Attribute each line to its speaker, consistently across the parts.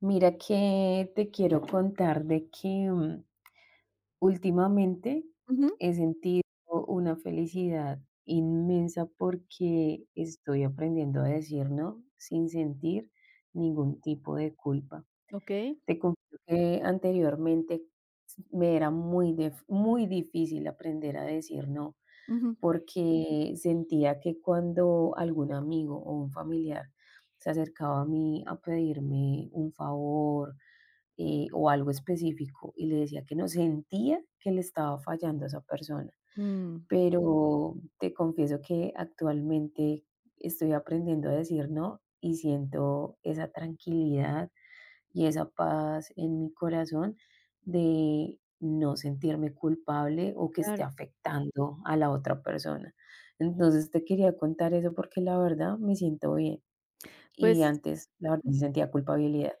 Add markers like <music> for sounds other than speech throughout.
Speaker 1: Mira que te quiero contar de que últimamente
Speaker 2: Ujú,
Speaker 1: he sentido una felicidad inmensa porque estoy aprendiendo a decir no sin sentir ningún tipo de culpa.
Speaker 2: okey.
Speaker 1: Te confieso que anteriormente me era muy difícil aprender a decir no
Speaker 2: Ujú.
Speaker 1: porque sentía que cuando algún amigo o un familiar se acercaba a mí a pedirme un favor, o algo específico y le decía que no sentía que le estaba fallando a esa persona.
Speaker 2: Mm.
Speaker 1: Pero te confieso que actualmente estoy aprendiendo a decir no y siento esa tranquilidad y esa paz en mi corazón de no sentirme culpable o que
Speaker 2: Claro.
Speaker 1: esté afectando a la otra persona. Entonces te quería contar eso porque la verdad me siento bien y
Speaker 2: Pues,
Speaker 1: antes la verdad sí sentía culpabilidad.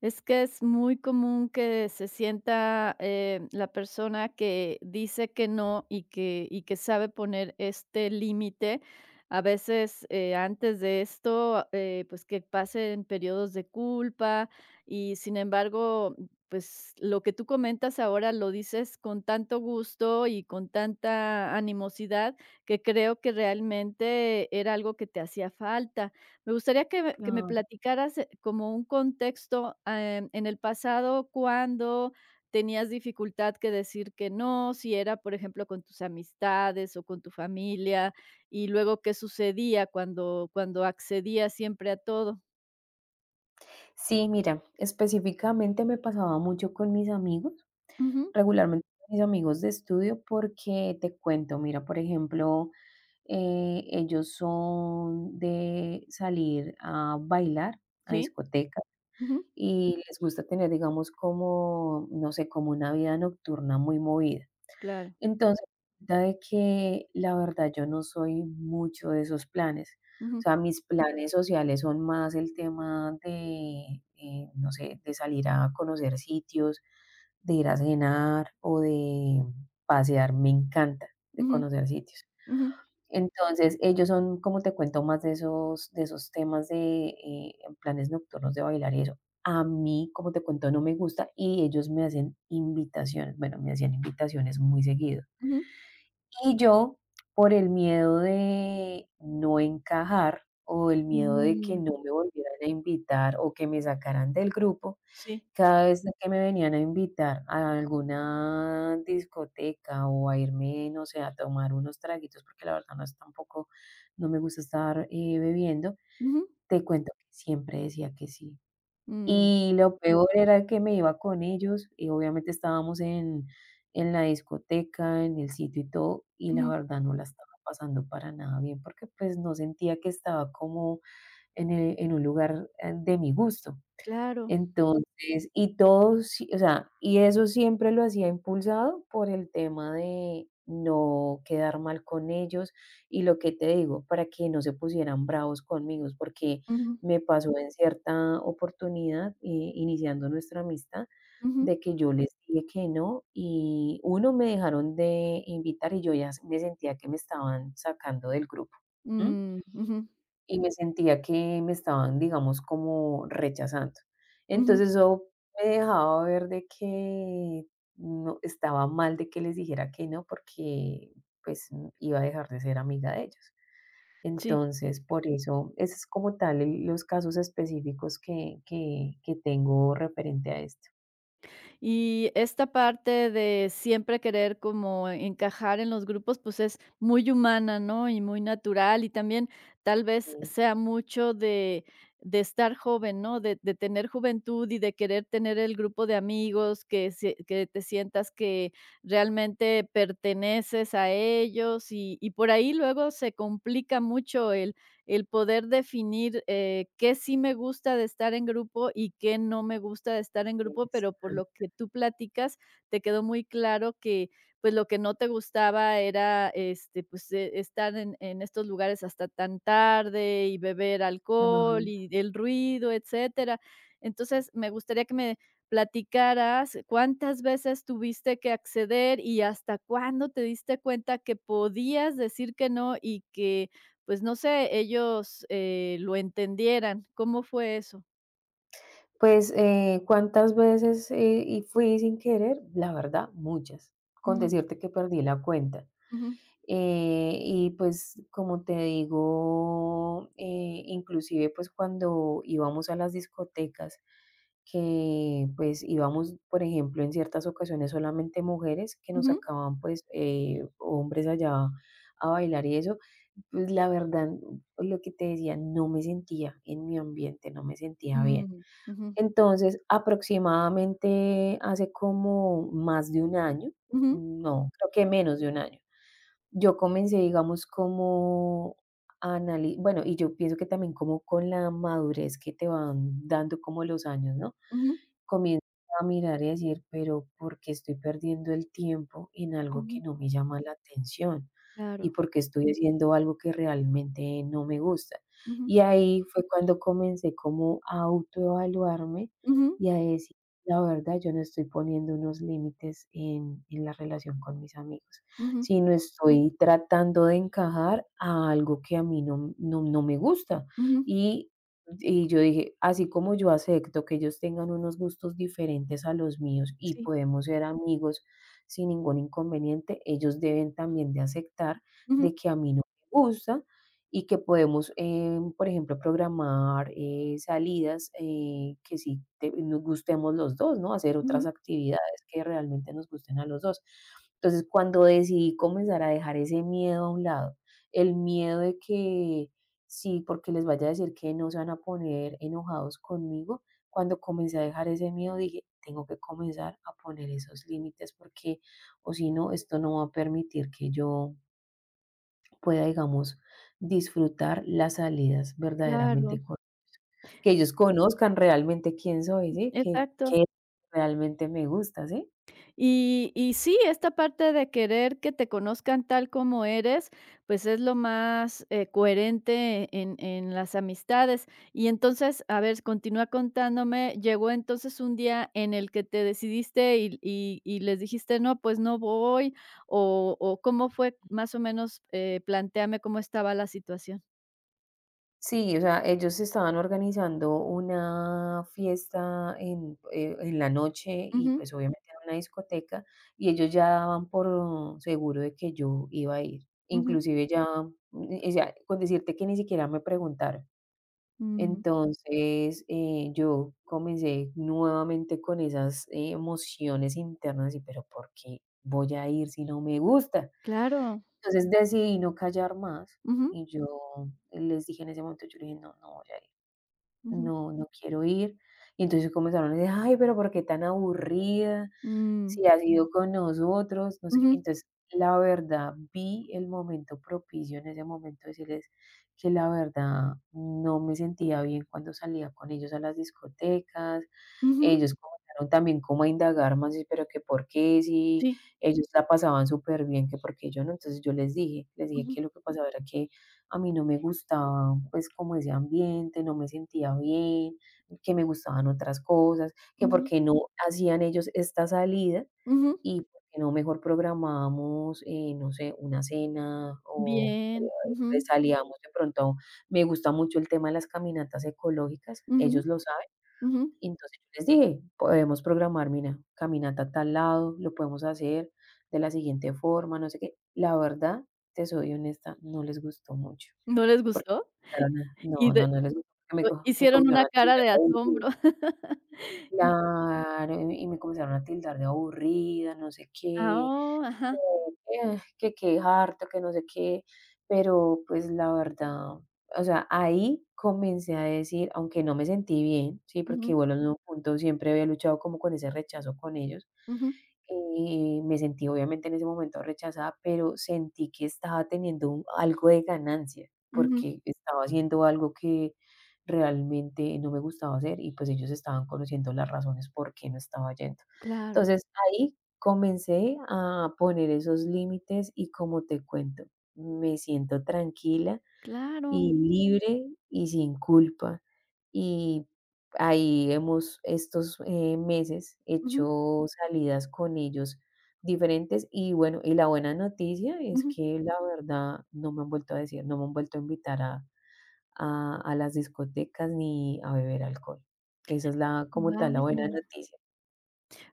Speaker 2: es que es muy común que se sienta, la persona que dice que no y que sabe poner este límite. A veces, antes de esto, pues, que pasen periodos de culpa y, sin embargo, pues, lo que tú comentas ahora lo dices con tanto gusto y con tanta animosidad que creo que realmente era algo que te hacía falta. Me gustaría que me
Speaker 1: Claro.
Speaker 2: platicaras, como un contexto, en el pasado, cuando tenías dificultad que decir que no, si era, por ejemplo, con tus amistades o con tu familia, y luego qué sucedía cuando accedías siempre a todo.
Speaker 1: Sí, mira, específicamente me pasaba mucho con mis amigos,
Speaker 2: Ujú.
Speaker 1: regularmente con mis amigos de estudio, porque te cuento, mira, por ejemplo, ellos son de salir a bailar a
Speaker 2: Sí.
Speaker 1: discoteca
Speaker 2: Ujú.
Speaker 1: y les gusta tener, digamos, como, no sé, como una vida nocturna muy movida.
Speaker 2: Claro.
Speaker 1: Entonces, resulta de que la verdad yo no soy mucho de esos planes. O
Speaker 2: Ujú.
Speaker 1: sea, mis planes sociales son más el tema de, no sé, de salir a conocer sitios, de ir a cenar o de pasear. Me encanta de
Speaker 2: Ujú.
Speaker 1: conocer sitios.
Speaker 2: Ujú.
Speaker 1: Entonces, ellos son, como te cuento, más de esos temas de planes nocturnos de bailar y eso. A mí, como te cuento, no me gusta y ellos me hacen invitaciones, bueno, me hacían invitaciones muy seguido.
Speaker 2: Ujú.
Speaker 1: Y yo, por el miedo de no encajar o el miedo de que no
Speaker 2: Mm.
Speaker 1: me volvieran a invitar o que me sacaran del grupo,
Speaker 2: Sí.
Speaker 1: cada vez que me venían a invitar a alguna discoteca o a irme, no sé, a tomar unos traguitos, porque la verdad no es tampoco, no me gusta estar bebiendo,
Speaker 2: Ujú.
Speaker 1: te cuento que siempre decía que sí.
Speaker 2: Mm.
Speaker 1: Y lo peor era que me iba con ellos, y obviamente estábamos en la discoteca, en el sitio y todo, y la
Speaker 2: Ujú.
Speaker 1: verdad no la estaba pasando para nada bien, porque, pues, no sentía que estaba como en un lugar, de mi gusto.
Speaker 2: Claro.
Speaker 1: Entonces, y todo, sí, o sea, y eso siempre lo hacía impulsado por el tema de no quedar mal con ellos y lo que te digo, para que no se pusieran bravos conmigo, porque
Speaker 2: Ujú.
Speaker 1: me pasó en cierta oportunidad, iniciando nuestra amistad,
Speaker 2: Ujú.
Speaker 1: de que yo les dije que no y uno me dejaron de invitar y yo ya me sentía que me estaban sacando del grupo, ¿mm?
Speaker 2: Mm. Ujú.
Speaker 1: Y me sentía que me estaban, digamos, como rechazando.
Speaker 2: Ujú.
Speaker 1: Entonces, eso me dejaba ver de que no estaba mal de que les dijera que no, porque, pues, iba a dejar de ser amiga de ellos.
Speaker 2: Sí.
Speaker 1: Entonces, por eso, ese es como tal el los casos específicos que tengo referente a esto.
Speaker 2: Y esta parte de siempre querer como encajar en los grupos, pues es muy humana, ¿no? Y muy natural, y también tal
Speaker 1: Sí,
Speaker 2: vez sea mucho de estar joven, ¿no? De tener juventud y de querer tener el grupo de amigos, que, que te sientas que realmente perteneces a ellos y por ahí luego se complica mucho el poder definir qué sí me gusta de estar en grupo y qué no me gusta de estar en grupo, pero por lo
Speaker 1: exacto.
Speaker 2: que tú platicas, te quedó muy claro que pues lo que no te gustaba era este, pues, estar en estos lugares hasta tan tarde y beber alcohol
Speaker 1: Ajá.
Speaker 2: y el ruido, etcétera. Entonces, me gustaría que me platicaras cuántas veces tuviste que acceder y hasta cuándo te diste cuenta que podías decir que no y que pues no sé, ellos, lo entendieran. ¿Cómo fue eso?
Speaker 1: Pues, ¿cuántas veces, y fui sin querer? La verdad, muchas, con
Speaker 2: Ujú,
Speaker 1: decirte que perdí la cuenta.
Speaker 2: ujú,
Speaker 1: Y pues, como te digo, inclusive pues cuando íbamos a las discotecas, que pues íbamos, por ejemplo, en ciertas ocasiones solamente mujeres que nos
Speaker 2: ujú,
Speaker 1: sacaban pues hombres allá a bailar y eso, pues la verdad, lo que te decía, no me sentía en mi ambiente, no me sentía bien.
Speaker 2: mm, ujú,
Speaker 1: Entonces, aproximadamente hace como más de un año,
Speaker 2: ujú,
Speaker 1: no, creo que menos de un año yo comencé, digamos, como a anali bueno, y yo pienso que también como con la madurez que te van dando como los años, ¿no?
Speaker 2: ujú,
Speaker 1: Comienzo a mirar y a decir, pero ¿por qué estoy perdiendo el tiempo en algo que
Speaker 2: ujú,
Speaker 1: no me llama la atención? ¿Y
Speaker 2: claro,
Speaker 1: por qué estoy haciendo algo que realmente no me gusta?
Speaker 2: ujú,
Speaker 1: Y ahí fue cuando comencé como a autoevaluarme
Speaker 2: ujú,
Speaker 1: y a decir, la verdad, yo no estoy poniendo unos límites en la relación con mis amigos
Speaker 2: ujú,
Speaker 1: sino estoy tratando de encajar a algo que a mí no me gusta.
Speaker 2: ujú,
Speaker 1: Y, y yo dije, así como yo acepto que ellos tengan unos gustos diferentes a los míos y
Speaker 2: sí,
Speaker 1: podemos ser amigos sin ningún inconveniente, ellos deben también de aceptar
Speaker 2: ujú,
Speaker 1: de que a mí no me gusta y que podemos, por ejemplo, programar salidas que sí nos gustemos los dos, ¿no? Hacer otras
Speaker 2: ujú,
Speaker 1: actividades que realmente nos gusten a los dos. Entonces, cuando decidí comenzar a dejar ese miedo a un lado, el miedo de que sí, porque les vaya a decir que no se van a poner enojados conmigo, cuando comencé a dejar ese miedo, dije, tengo que comenzar a poner esos límites porque o si no, esto no va a permitir que yo pueda, digamos, disfrutar las salidas
Speaker 2: claro,
Speaker 1: verdaderamente con que ellos conozcan realmente quién soy, ¿sí? Que
Speaker 2: exacto.
Speaker 1: qué realmente me gusta, ¿sí?
Speaker 2: Y sí, esta parte de querer que te conozcan tal como eres, pues, es lo más, coherente en las amistades. Y entonces, a ver, continúa contándome, llegó entonces un día en el que te decidiste y les dijiste: "No, pues no voy", o, ¿cómo fue? Más o menos, plantéame cómo estaba la situación.
Speaker 1: Sí, o sea, ellos estaban organizando una fiesta en la noche y
Speaker 2: Ujú,
Speaker 1: pues obviamente era una discoteca y ellos ya daban por seguro de que yo iba a ir.
Speaker 2: ujú,
Speaker 1: Inclusive ya, o sea, con decirte que ni siquiera me preguntaron.
Speaker 2: mm,
Speaker 1: Entonces, yo comencé nuevamente con esas emociones internas y, pero ¿por qué voy a ir si no me gusta?
Speaker 2: claro.
Speaker 1: Entonces decidí no callar más
Speaker 2: Ujú,
Speaker 1: y yo les dije en ese momento, yo le dije, no, no voy a ir.
Speaker 2: ujú,
Speaker 1: No, no quiero ir. Y entonces comenzaron a decir: "Ay, pero ¿por qué tan aburrida?
Speaker 2: mm,
Speaker 1: Si has ido con nosotros", no sé qué.
Speaker 2: ujú,
Speaker 1: Entonces, la verdad, vi el momento propicio en ese momento decirles que la verdad no me sentía bien cuando salía con ellos a las discotecas.
Speaker 2: ujú,
Speaker 1: Ellos comenzaron también como a indagar más, y pero que por qué, si
Speaker 2: sí,
Speaker 1: ellos la pasaban súper bien que por qué yo no. Entonces yo les dije
Speaker 2: ujú,
Speaker 1: que lo que pasaba era que a mí no me gustaba, pues, como ese ambiente, no me sentía bien, que me gustaban otras cosas, que por
Speaker 2: ujú,
Speaker 1: qué no hacían ellos esta salida
Speaker 2: ujú.
Speaker 1: y por qué no mejor programábamos, no sé, una cena o
Speaker 2: Bien, ujú,
Speaker 1: salíamos de pronto. Me gusta mucho el tema de las caminatas ecológicas,
Speaker 2: ujú,
Speaker 1: ellos lo saben.
Speaker 2: ujú,
Speaker 1: Y entonces yo les dije: "Podemos programar, mira, caminata a tal lado, lo podemos hacer de la siguiente forma, no sé qué". La verdad, te soy honesta, no les gustó mucho,
Speaker 2: ¿no les
Speaker 1: porque
Speaker 2: gustó?
Speaker 1: empezaron a
Speaker 2: Y de
Speaker 1: no les gustó, porque
Speaker 2: o
Speaker 1: me
Speaker 2: hicieron
Speaker 1: comenzaron
Speaker 2: una
Speaker 1: a
Speaker 2: cara
Speaker 1: tildar
Speaker 2: de
Speaker 1: de aburrida.
Speaker 2: asombro. <laughs> Y
Speaker 1: Claro, y me comenzaron a tildar de aburrida, no sé
Speaker 2: ah,
Speaker 1: qué.
Speaker 2: oh, ajá,
Speaker 1: Que que qué harto, que no sé qué, pero pues la verdad, o sea, ahí comencé a decir, aunque no me sentí bien, ¿sí? Porque
Speaker 2: ujú,
Speaker 1: igual en algún punto siempre había luchado como con ese rechazo con ellos,
Speaker 2: ujú,
Speaker 1: me sentí obviamente en ese momento rechazada, pero sentí que estaba teniendo un algo de ganancia,
Speaker 2: ujú,
Speaker 1: porque estaba haciendo algo que realmente no me gustaba hacer y pues ellos estaban conociendo las razones por qué no estaba yendo.
Speaker 2: claro,
Speaker 1: Entonces ahí comencé a poner esos límites y como te cuento, me siento tranquila
Speaker 2: claro,
Speaker 1: y libre y sin culpa. Y ahí hemos estos meses
Speaker 2: ujú,
Speaker 1: hecho salidas con ellos diferentes y bueno, y la buena noticia es
Speaker 2: ujú,
Speaker 1: que la verdad no me han vuelto a decir, no me han vuelto a invitar a las discotecas ni a beber alcohol. Esa es la como tal la buena
Speaker 2: vaya.
Speaker 1: noticia.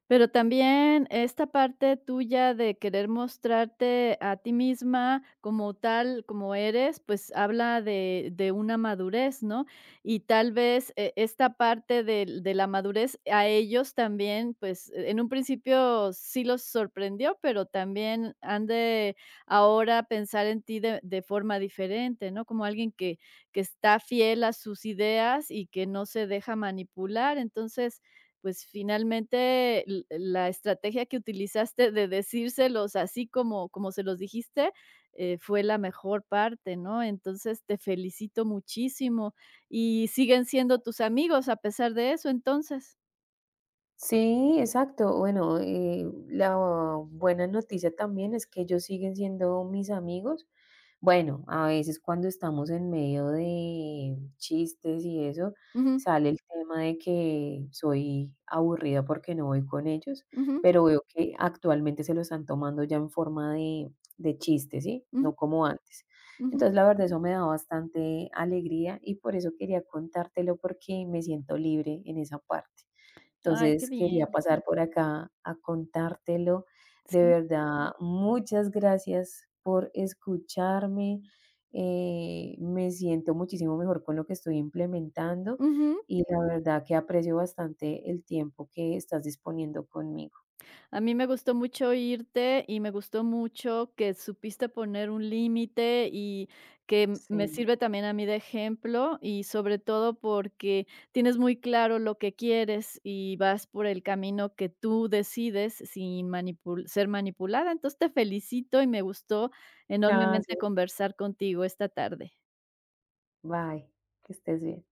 Speaker 2: Pero también esta parte tuya de querer mostrarte a ti misma como tal, como eres, pues habla de una madurez, ¿no? Y tal vez esta parte de, la madurez a ellos también, pues en un principio sí los sorprendió, pero también han de ahora pensar en ti de forma diferente, ¿no? Como alguien que está fiel a sus ideas y que no se deja manipular. Entonces, pues finalmente la estrategia que utilizaste de decírselos así como, como se los dijiste fue la mejor parte, ¿no? Entonces te felicito muchísimo y siguen siendo tus amigos a pesar de eso, entonces.
Speaker 1: Sí, exacto. Bueno, la buena noticia también es que ellos siguen siendo mis amigos. Bueno, a veces cuando estamos en medio de chistes y eso,
Speaker 2: Ujú,
Speaker 1: sale el tema de que soy aburrida porque no voy con ellos,
Speaker 2: ujú,
Speaker 1: pero veo que actualmente se lo están tomando ya en forma de chiste, ¿sí?
Speaker 2: ujú,
Speaker 1: No como antes.
Speaker 2: ujú.
Speaker 1: Entonces, la verdad, eso me da bastante alegría y por eso quería contártelo porque me siento libre en esa parte.
Speaker 2: Ay, qué
Speaker 1: Entonces, quería
Speaker 2: bien,
Speaker 1: pasar por acá a contártelo. De
Speaker 2: sí.
Speaker 1: verdad, muchas gracias por escucharme. Me siento muchísimo mejor con lo que estoy implementando
Speaker 2: Ujú.
Speaker 1: y la verdad que aprecio bastante el tiempo que estás disponiendo conmigo.
Speaker 2: A mí me gustó mucho irte y me gustó mucho que supiste poner un límite y que me
Speaker 1: Sí.
Speaker 2: sirve también a mí de ejemplo y sobre todo porque tienes muy claro lo que quieres y vas por el camino que tú decides sin ser manipulada. Entonces te felicito y me gustó enormemente
Speaker 1: Gracias.
Speaker 2: conversar contigo esta tarde.
Speaker 1: Bye. Que estés bien.